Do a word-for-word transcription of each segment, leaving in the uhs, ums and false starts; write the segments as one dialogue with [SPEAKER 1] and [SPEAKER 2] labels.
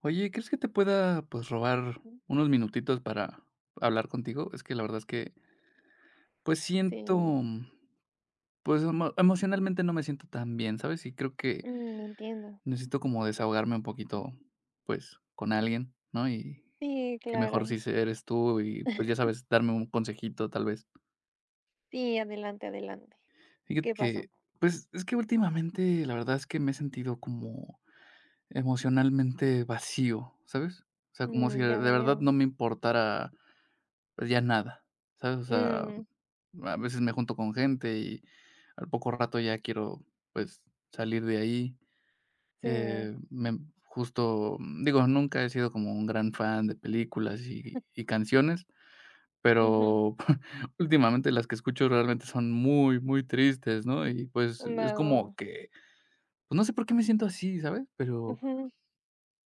[SPEAKER 1] Oye, ¿crees que te pueda, pues, robar
[SPEAKER 2] Ujú.
[SPEAKER 1] unos minutitos para hablar contigo? Es que la verdad es que, pues,
[SPEAKER 2] Sí,
[SPEAKER 1] siento, mm, pues, emo emocionalmente no me siento tan bien, ¿sabes? Y creo que
[SPEAKER 2] mm, entiendo.
[SPEAKER 1] necesito como desahogarme un poquito, pues, con alguien, ¿no? Y
[SPEAKER 2] Sí,
[SPEAKER 1] que mejor
[SPEAKER 2] claro.
[SPEAKER 1] si se eres tú y, pues, ya sabes, darme un consejito, tal vez.
[SPEAKER 2] Sí, adelante, adelante.
[SPEAKER 1] Fíjate
[SPEAKER 2] ¿Qué
[SPEAKER 1] que,
[SPEAKER 2] pasó?
[SPEAKER 1] pues, es que últimamente la verdad es que me he sentido como emocionalmente vacío, ¿sabes? O sea, como si
[SPEAKER 2] Mm,
[SPEAKER 1] de
[SPEAKER 2] ya
[SPEAKER 1] verdad
[SPEAKER 2] veo.
[SPEAKER 1] no me importara Pues ya nada, ¿sabes? O sea,
[SPEAKER 2] Mm,
[SPEAKER 1] a veces me junto con gente y al poco rato ya quiero, pues, salir de ahí.
[SPEAKER 2] sí.
[SPEAKER 1] Eh, me justo, digo, nunca he sido como un gran fan de películas y y canciones,
[SPEAKER 2] Ujú.
[SPEAKER 1] pero últimamente las que escucho realmente son muy, muy tristes, ¿no? Y, pues, es como
[SPEAKER 2] Veo.
[SPEAKER 1] que, pues, no sé por qué me siento así, ¿sabes? Pero
[SPEAKER 2] Ujú.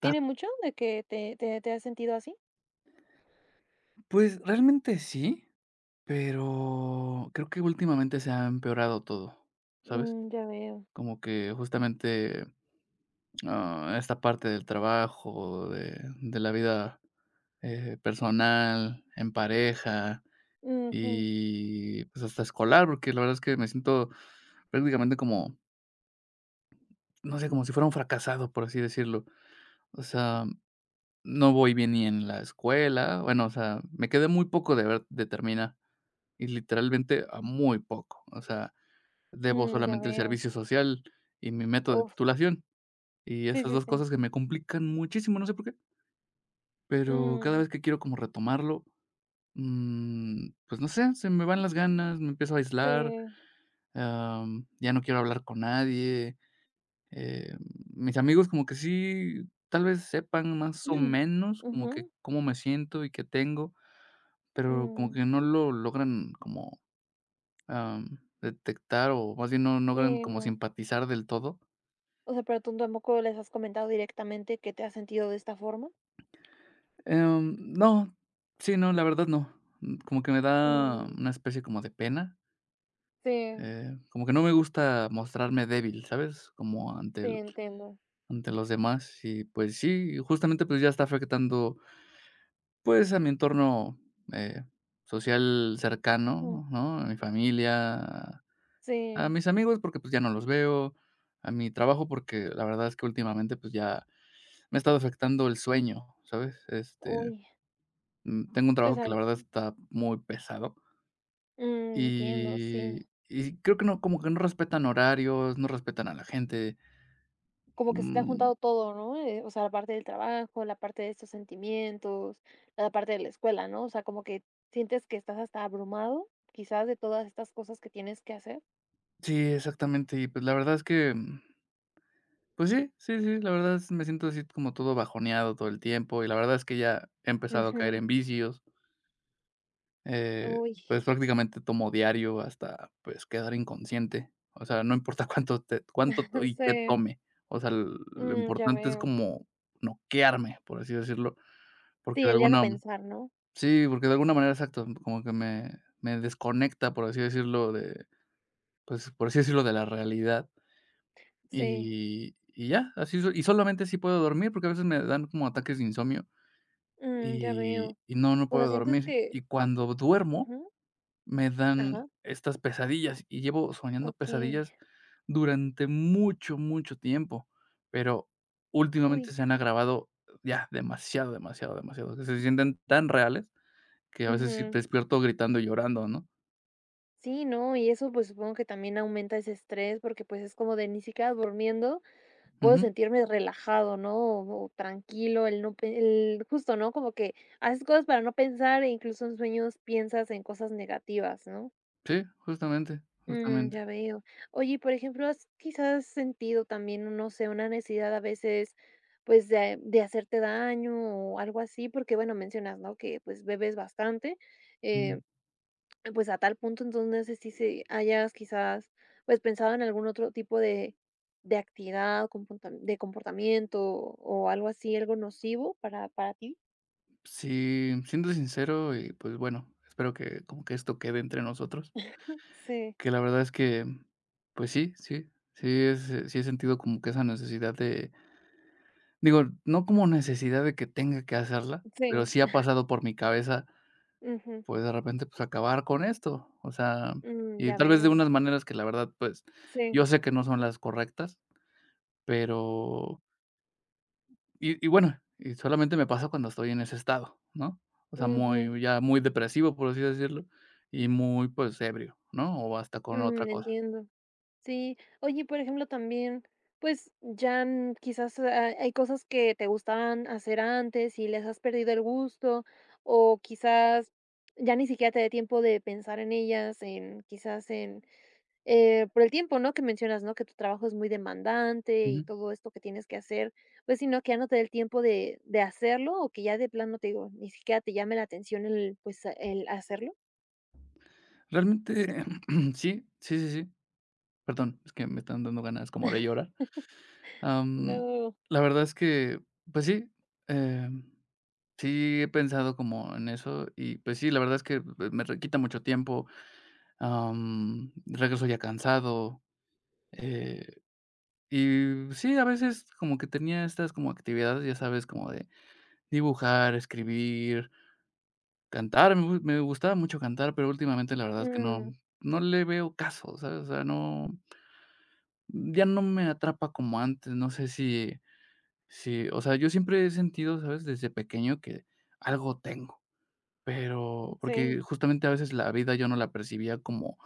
[SPEAKER 1] ta
[SPEAKER 2] ¿Tiene mucho de que te, te, te has sentido así?
[SPEAKER 1] pues, realmente sí, pero creo que últimamente se ha empeorado todo, ¿sabes?
[SPEAKER 2] Mm, ya veo.
[SPEAKER 1] Como que justamente, ah, esta parte del trabajo, de de la vida, eh, personal, en pareja
[SPEAKER 2] Ujú.
[SPEAKER 1] y, pues, hasta escolar, porque la verdad es que me siento prácticamente como, no sé, como si fuera un fracasado, por así decirlo. O sea, no voy bien ni en la escuela, bueno, o sea, me quedé muy poco de haber de terminar, y literalmente a muy poco. O sea, debo
[SPEAKER 2] Mm, ya
[SPEAKER 1] solamente el
[SPEAKER 2] veo.
[SPEAKER 1] servicio social y mi método de
[SPEAKER 2] Uf,
[SPEAKER 1] titulación. Y
[SPEAKER 2] sí,
[SPEAKER 1] esas
[SPEAKER 2] sí,
[SPEAKER 1] dos
[SPEAKER 2] sí.
[SPEAKER 1] cosas que me complican muchísimo, no sé por qué, pero cada
[SPEAKER 2] Mm,
[SPEAKER 1] vez que quiero como retomarlo, mm, pues no sé, se me van las ganas, me empiezo a aislar,
[SPEAKER 2] sí.
[SPEAKER 1] am, ya no quiero hablar con nadie, eh, mis amigos como que sí, tal vez sepan más o menos como que
[SPEAKER 2] Ujú.
[SPEAKER 1] cómo me siento y qué tengo, pero como
[SPEAKER 2] Mm,
[SPEAKER 1] que no lo logran como, am, detectar o más bien no logran
[SPEAKER 2] sí,
[SPEAKER 1] como
[SPEAKER 2] no.
[SPEAKER 1] simpatizar del todo.
[SPEAKER 2] O sea, pero tú tampoco les has comentado directamente que te has sentido de esta forma.
[SPEAKER 1] Em, no, sí, no, la verdad no. Mm, como que me da
[SPEAKER 2] Mm,
[SPEAKER 1] una especie como de pena,
[SPEAKER 2] sí.
[SPEAKER 1] eh, como que no me gusta mostrarme débil, ¿sabes? Como ante
[SPEAKER 2] Sí,
[SPEAKER 1] el
[SPEAKER 2] entiendo.
[SPEAKER 1] ante los demás y, pues sí, justamente, pues, ya está afectando, pues, a mi entorno, eh, social
[SPEAKER 2] Ujú.
[SPEAKER 1] cercano, ¿no? A mi familia, a a
[SPEAKER 2] Sí.
[SPEAKER 1] mis amigos, porque, pues, ya no los veo, a mi trabajo, porque la verdad es que últimamente, pues, ya me ha estado afectando el sueño, ¿sabes? Este,
[SPEAKER 2] Uy,
[SPEAKER 1] mm, tengo un
[SPEAKER 2] sí, o
[SPEAKER 1] trabajo
[SPEAKER 2] sea,
[SPEAKER 1] que la verdad está muy pesado.
[SPEAKER 2] mm, entiendo, sí.
[SPEAKER 1] Y y creo que no, como que no respetan horarios, no respetan a la gente.
[SPEAKER 2] Como que se te ha
[SPEAKER 1] Mm,
[SPEAKER 2] juntado todo, ¿no? Eh, o sea, la parte del trabajo, la parte de estos sentimientos, la parte de la escuela, ¿no? O sea, como que sientes que estás hasta abrumado, quizás de todas estas cosas que tienes que hacer.
[SPEAKER 1] sí, exactamente. Y pues la verdad es que, mm, pues sí, sí, sí, la verdad es me siento así como todo bajoneado todo el tiempo, y la verdad es que ya he empezado a caer
[SPEAKER 2] Ujú.
[SPEAKER 1] en vicios, eh,
[SPEAKER 2] Uy,
[SPEAKER 1] pues prácticamente tomo diario hasta, pues, quedar inconsciente. O sea, no importa cuánto te cuánto to- y qué
[SPEAKER 2] sí.
[SPEAKER 1] tome. O sea, l- lo
[SPEAKER 2] Mm, ya
[SPEAKER 1] importante es
[SPEAKER 2] veo.
[SPEAKER 1] como noquearme, por así decirlo,
[SPEAKER 2] Sí,
[SPEAKER 1] porque de
[SPEAKER 2] el ya no
[SPEAKER 1] alguna.
[SPEAKER 2] pensar, ¿no?
[SPEAKER 1] Sí, porque de alguna manera, exacto, como que me me desconecta, por así decirlo, de, pues, por así decirlo, de la realidad.
[SPEAKER 2] Sí.
[SPEAKER 1] Y y ya, así so y solamente así puedo dormir, porque a veces me dan como ataques de insomnio,
[SPEAKER 2] Mm, ya veo.
[SPEAKER 1] y y no, no
[SPEAKER 2] O sea,
[SPEAKER 1] puedo
[SPEAKER 2] sientes
[SPEAKER 1] dormir.
[SPEAKER 2] que
[SPEAKER 1] Y cuando duermo,
[SPEAKER 2] ujú,
[SPEAKER 1] me dan
[SPEAKER 2] ajá,
[SPEAKER 1] estas pesadillas, y llevo soñando
[SPEAKER 2] okey.
[SPEAKER 1] pesadillas durante mucho, mucho tiempo, pero últimamente
[SPEAKER 2] Uy.
[SPEAKER 1] se han agravado ya demasiado, demasiado, demasiado, que se sienten tan reales que a veces sí
[SPEAKER 2] Ujú.
[SPEAKER 1] despierto gritando y llorando, ¿no?
[SPEAKER 2] Sí, no, y eso, pues, supongo que también aumenta ese estrés, porque, pues, es como de ni siquiera durmiendo puedo
[SPEAKER 1] Ujú.
[SPEAKER 2] sentirme relajado, ¿no? O, o tranquilo, el no, pe- el justo, ¿no? Como que haces cosas para no pensar e incluso en sueños piensas en cosas negativas, ¿no?
[SPEAKER 1] Sí, justamente,
[SPEAKER 2] Mm,
[SPEAKER 1] justamente.
[SPEAKER 2] ya veo. Oye, por ejemplo, ¿has quizás sentido también, no sé, una necesidad a veces, pues, de, de hacerte daño o algo así? Porque, bueno, mencionas, ¿no? Que, pues, bebes bastante.
[SPEAKER 1] Ujú.
[SPEAKER 2] eh, pues, a tal punto, entonces, no sé si si hayas quizás, pues, pensado en algún otro tipo de de actividad, comporta de comportamiento o algo así, algo nocivo para para ti.
[SPEAKER 1] Sí, siendo sincero y, pues, bueno, espero que como que esto quede entre nosotros,
[SPEAKER 2] Sí,
[SPEAKER 1] que la verdad es que, pues sí, sí, sí es eh, sí he sentido como que esa necesidad de digo, no como necesidad de que tenga que hacerla, pero
[SPEAKER 2] sí,
[SPEAKER 1] sí ha pasado por mi cabeza,
[SPEAKER 2] ujú,
[SPEAKER 1] pues, de repente, pues, acabar con esto, o sea,
[SPEAKER 2] mm,
[SPEAKER 1] y
[SPEAKER 2] ya
[SPEAKER 1] tal vez de
[SPEAKER 2] veo,
[SPEAKER 1] unas maneras que la verdad, pues, yo
[SPEAKER 2] sí,
[SPEAKER 1] sé que no son las correctas, pero. Y y bueno, y solamente me pasa cuando estoy en ese estado, ¿no? O sea,
[SPEAKER 2] ujú,
[SPEAKER 1] muy ya muy depresivo, por así decirlo, y muy, pues, ebrio, ¿no? O hasta con otra
[SPEAKER 2] mm,
[SPEAKER 1] cosa.
[SPEAKER 2] entiendo. Sí. Oye, por ejemplo, también, pues, ya, mm, quizás, ah, hay cosas que te gustaban hacer antes y les has perdido el gusto, o quizás ya ni siquiera te dé tiempo de pensar en ellas, en quizás en, eh, por el tiempo, ¿no?, que mencionas, ¿no?, que tu trabajo es muy demandante y
[SPEAKER 1] Ujú.
[SPEAKER 2] todo esto que tienes que hacer, pues, sino que ya no te dé el tiempo de de hacerlo, o que ya de plano, te digo, ni siquiera te llame la atención el, pues, el hacerlo.
[SPEAKER 1] Realmente, sí, sí, sí, sí. Perdón, es que me están dando ganas como de llorar. Am,
[SPEAKER 2] No.
[SPEAKER 1] la verdad es que, pues sí, em, sí he pensado como en eso y, pues sí, la verdad es que pues, me re quita mucho tiempo, am, regreso ya cansado, eh Y sí, a veces como que tenía estas como actividades, ya sabes, como de dibujar, escribir, cantar. Me gu me gustaba mucho cantar, pero últimamente la verdad es que no
[SPEAKER 2] Mm,
[SPEAKER 1] no le veo caso, ¿sabes? O sea, no, ya no me atrapa como antes. No sé si si, o sea, yo siempre he sentido, ¿sabes? Desde pequeño que algo tengo, pero porque
[SPEAKER 2] Sí.
[SPEAKER 1] justamente a veces la vida yo no la percibía como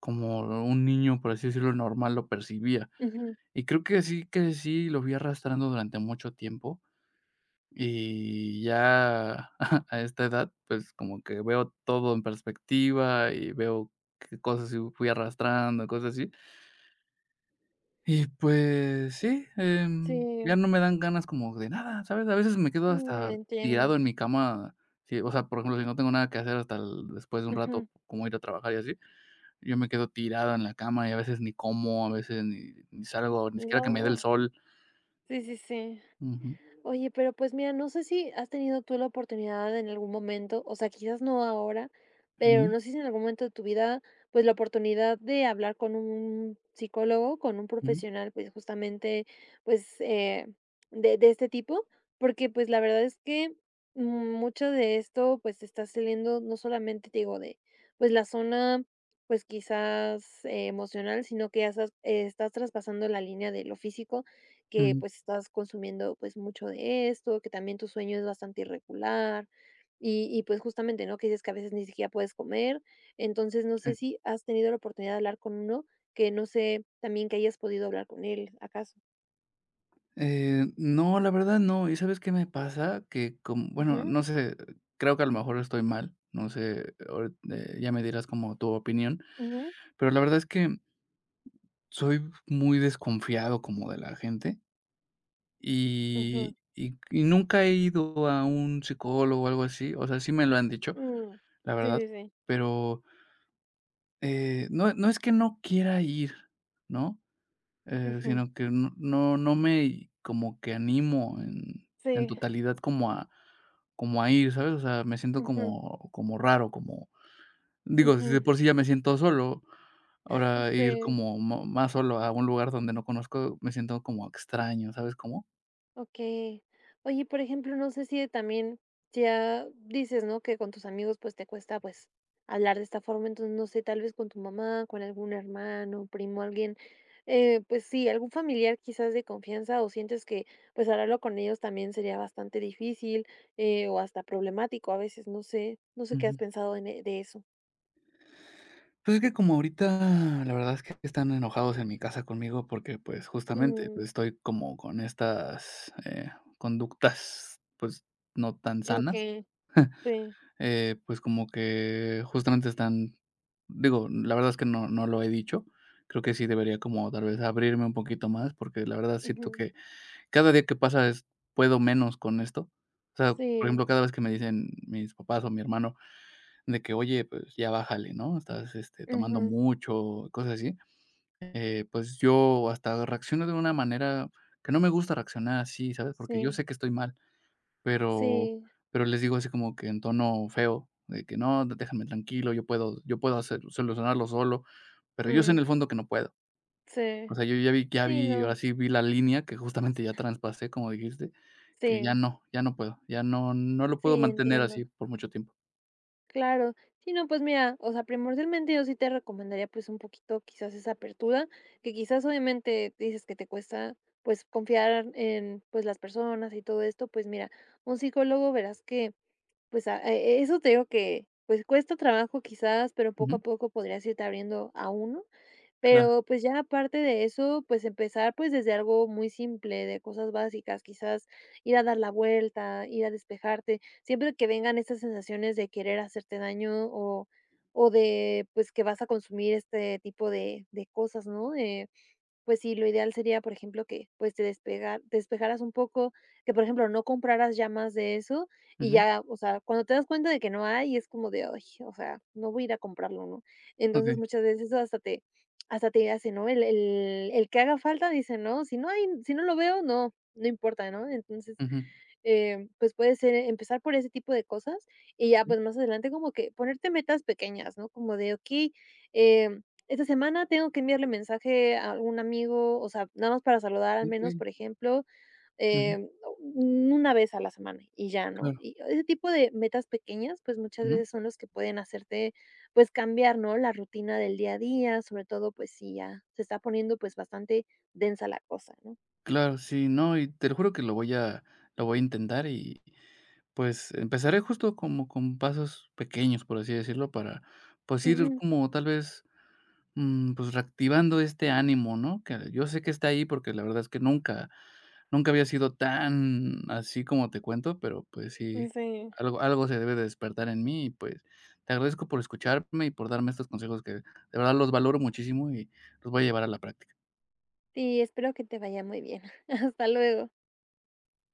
[SPEAKER 1] como un niño, por así decirlo, normal lo percibía.
[SPEAKER 2] ujú,
[SPEAKER 1] Y creo que sí que sí lo fui arrastrando durante mucho tiempo, y ya a esta edad, pues, como que veo todo en perspectiva y veo qué cosas sí fui arrastrando, cosas así. Y pues sí, em, ya
[SPEAKER 2] sí.
[SPEAKER 1] no me dan ganas como de nada, ¿sabes? A veces me quedo
[SPEAKER 2] Mm,
[SPEAKER 1] hasta tirado
[SPEAKER 2] entiendo.
[SPEAKER 1] en mi cama, sí, o sea, por ejemplo, si no tengo nada que hacer hasta el después de un rato,
[SPEAKER 2] Ujú.
[SPEAKER 1] como ir a trabajar y así, yo me quedo tirado en la cama y a veces ni como, a veces ni ni salgo, ni siquiera que me dé el
[SPEAKER 2] No,
[SPEAKER 1] sol.
[SPEAKER 2] sí, sí, sí.
[SPEAKER 1] Ujú.
[SPEAKER 2] Oye, pero pues mira, no sé si has tenido tú la oportunidad en algún momento, o sea, quizás no ahora, pero no sé si en algún momento de tu vida, pues la oportunidad de hablar con un psicólogo, con un
[SPEAKER 1] Ujú,
[SPEAKER 2] profesional, pues justamente, pues eh, de, de este tipo, porque pues la verdad es que mucho de esto, pues está saliendo no solamente, te digo, de pues la zona, pues quizás eh, emocional, sino que ya estás, eh, estás traspasando la línea de lo físico que
[SPEAKER 1] ujú,
[SPEAKER 2] pues estás consumiendo pues mucho de esto, que también tu sueño es bastante irregular y, y pues justamente, ¿no? Que dices que a veces ni siquiera puedes comer. Entonces, no
[SPEAKER 1] sí.
[SPEAKER 2] sé si has tenido la oportunidad de hablar con uno que no sé también que hayas podido hablar con él, ¿acaso?
[SPEAKER 1] Eh, no, la verdad no, ¿y sabes qué me pasa? Que com bueno,
[SPEAKER 2] Ujú,
[SPEAKER 1] no sé, creo que a lo mejor estoy mal, no sé, ahori eh, ya me dirás como tu opinión,
[SPEAKER 2] ujú,
[SPEAKER 1] pero la verdad es que soy muy desconfiado como de la gente
[SPEAKER 2] ujú,
[SPEAKER 1] y y y nunca he ido a un psicólogo o algo así, o sea, sí me lo han dicho,
[SPEAKER 2] mm,
[SPEAKER 1] la
[SPEAKER 2] Sí,
[SPEAKER 1] verdad,
[SPEAKER 2] sí, sí.
[SPEAKER 1] pero, eh, no no es que no quiera ir, ¿no? Eh,
[SPEAKER 2] ujú,
[SPEAKER 1] sino que no no no me como que animo en en
[SPEAKER 2] Sí.
[SPEAKER 1] totalidad como a como a ir, ¿sabes? O sea, me siento
[SPEAKER 2] ujú,
[SPEAKER 1] como como raro, como digo, si de
[SPEAKER 2] ujú,
[SPEAKER 1] por sí ya me siento solo, ahora ir
[SPEAKER 2] Sí.
[SPEAKER 1] como mo más solo a un lugar donde no conozco, me siento como extraño, ¿sabes cómo?
[SPEAKER 2] Okey. Oye, por ejemplo, no sé si también si ya dices, ¿no?, que con tus amigos, pues, te cuesta, pues, hablar de esta forma, entonces, no sé, tal vez con tu mamá, con algún hermano, primo, alguien, eh, pues sí, algún familiar quizás de confianza, o sientes que, pues, hablarlo con ellos también sería bastante difícil, eh, o hasta problemático a veces, no sé, no sé qué has
[SPEAKER 1] Ujú.
[SPEAKER 2] pensado en e de eso.
[SPEAKER 1] Pues, es que como ahorita la verdad es que están enojados en mi casa conmigo porque, pues, justamente, pues,
[SPEAKER 2] Mm,
[SPEAKER 1] estoy como con estas, eh, conductas, pues, no tan sanas.
[SPEAKER 2] okey, sí,
[SPEAKER 1] Eh, pues, como que justamente están digo, la verdad es que no no lo he dicho. Creo que sí debería como tal vez abrirme un poquito más, porque la verdad siento
[SPEAKER 2] ujú,
[SPEAKER 1] que cada día que pasa es puedo menos con esto. O sea, por
[SPEAKER 2] sí,
[SPEAKER 1] ejemplo, cada vez que me dicen mis papás o mi hermano de que: "Oye, pues ya bájale, ¿no? Estás, este, tomando
[SPEAKER 2] ujú,
[SPEAKER 1] mucho", cosas así. Eh, pues yo hasta reacciono de una manera que no me gusta reaccionar así, ¿sabes? Porque yo
[SPEAKER 2] sí,
[SPEAKER 1] sé que estoy mal. Pero
[SPEAKER 2] sí,
[SPEAKER 1] pero les digo así como que en tono feo, de que: "No, déjenme tranquilo, yo puedo yo puedo hacer solucionarlo solo", pero yo sé en
[SPEAKER 2] mm,
[SPEAKER 1] el fondo que no puedo.
[SPEAKER 2] sí,
[SPEAKER 1] O sea, yo ya vi ya
[SPEAKER 2] sí,
[SPEAKER 1] vi,
[SPEAKER 2] no.
[SPEAKER 1] ahora sí vi la línea que justamente ya traspasé, como dijiste, que ya
[SPEAKER 2] Sí,
[SPEAKER 1] no, ya no puedo, ya no no lo puedo
[SPEAKER 2] sí,
[SPEAKER 1] mantener así
[SPEAKER 2] entiendo.
[SPEAKER 1] por mucho tiempo.
[SPEAKER 2] Claro. Sí, no, pues mira, o sea, primordialmente yo sí te recomendaría pues un poquito quizás esa apertura, que quizás obviamente dices que te cuesta pues confiar en pues las personas y todo esto, pues mira, un psicólogo verás que pues a- e- eso te digo que pues cuesta trabajo quizás, pero poco a
[SPEAKER 1] Ujú,
[SPEAKER 2] poco podrías irte abriendo a uno.
[SPEAKER 1] claro,
[SPEAKER 2] Pero, pues, ya aparte de eso, pues, empezar, pues, desde algo muy simple, de cosas básicas, quizás ir a dar la vuelta, ir a despejarte, siempre que vengan estas sensaciones de querer hacerte daño o o de, pues, que vas a consumir este tipo de de cosas, ¿no? Pues sí, lo ideal sería, por ejemplo, que, pues, te despegar despejaras un poco, que, por ejemplo, no compraras ya más de eso y
[SPEAKER 1] ujú,
[SPEAKER 2] ya, o sea, cuando te das cuenta de que no hay, es como de: "Ay, o sea, no voy a ir a comprarlo", ¿no? Entonces,
[SPEAKER 1] okey,
[SPEAKER 2] muchas veces eso hasta te hasta te hace, ¿no? El el el que haga falta, dice, ¿no? Si no hay si no lo veo, no, no importa, ¿no? Entonces
[SPEAKER 1] ujú,
[SPEAKER 2] eh, pues, puede ser eh, empezar por ese tipo de cosas, y ya,
[SPEAKER 1] sí,
[SPEAKER 2] pues, más adelante como que ponerte metas pequeñas, ¿no? Como de, okey, em, esta semana tengo que enviarle mensaje a algún amigo, o sea, nada más para saludar al menos,
[SPEAKER 1] okey,
[SPEAKER 2] por ejemplo,
[SPEAKER 1] ujú,
[SPEAKER 2] em, una vez a la semana y ya, ¿no?
[SPEAKER 1] claro,
[SPEAKER 2] Y ese tipo de metas pequeñas, pues, muchas
[SPEAKER 1] ujú,
[SPEAKER 2] veces son los que pueden hacerte, pues, cambiar, ¿no? La rutina del día a día, sobre todo, pues, si ya se está poniendo, pues, bastante densa la cosa, ¿no?
[SPEAKER 1] claro, sí, no, y te lo juro que lo voy a lo voy a intentar y. Pues, empezaré justo como con pasos pequeños, por así decirlo, para, pues, ir
[SPEAKER 2] Ujú,
[SPEAKER 1] como tal vez, mm, pues, reactivando este ánimo, ¿no? Que yo sé que está ahí porque la verdad es que nunca nunca había sido tan así como te cuento, pero, pues, sí,
[SPEAKER 2] sí.
[SPEAKER 1] algo algo se debe de despertar en mí y, pues, te agradezco por escucharme y por darme estos consejos que de verdad los valoro muchísimo y los voy a llevar a la práctica.
[SPEAKER 2] Sí, espero que te vaya muy bien. Hasta luego.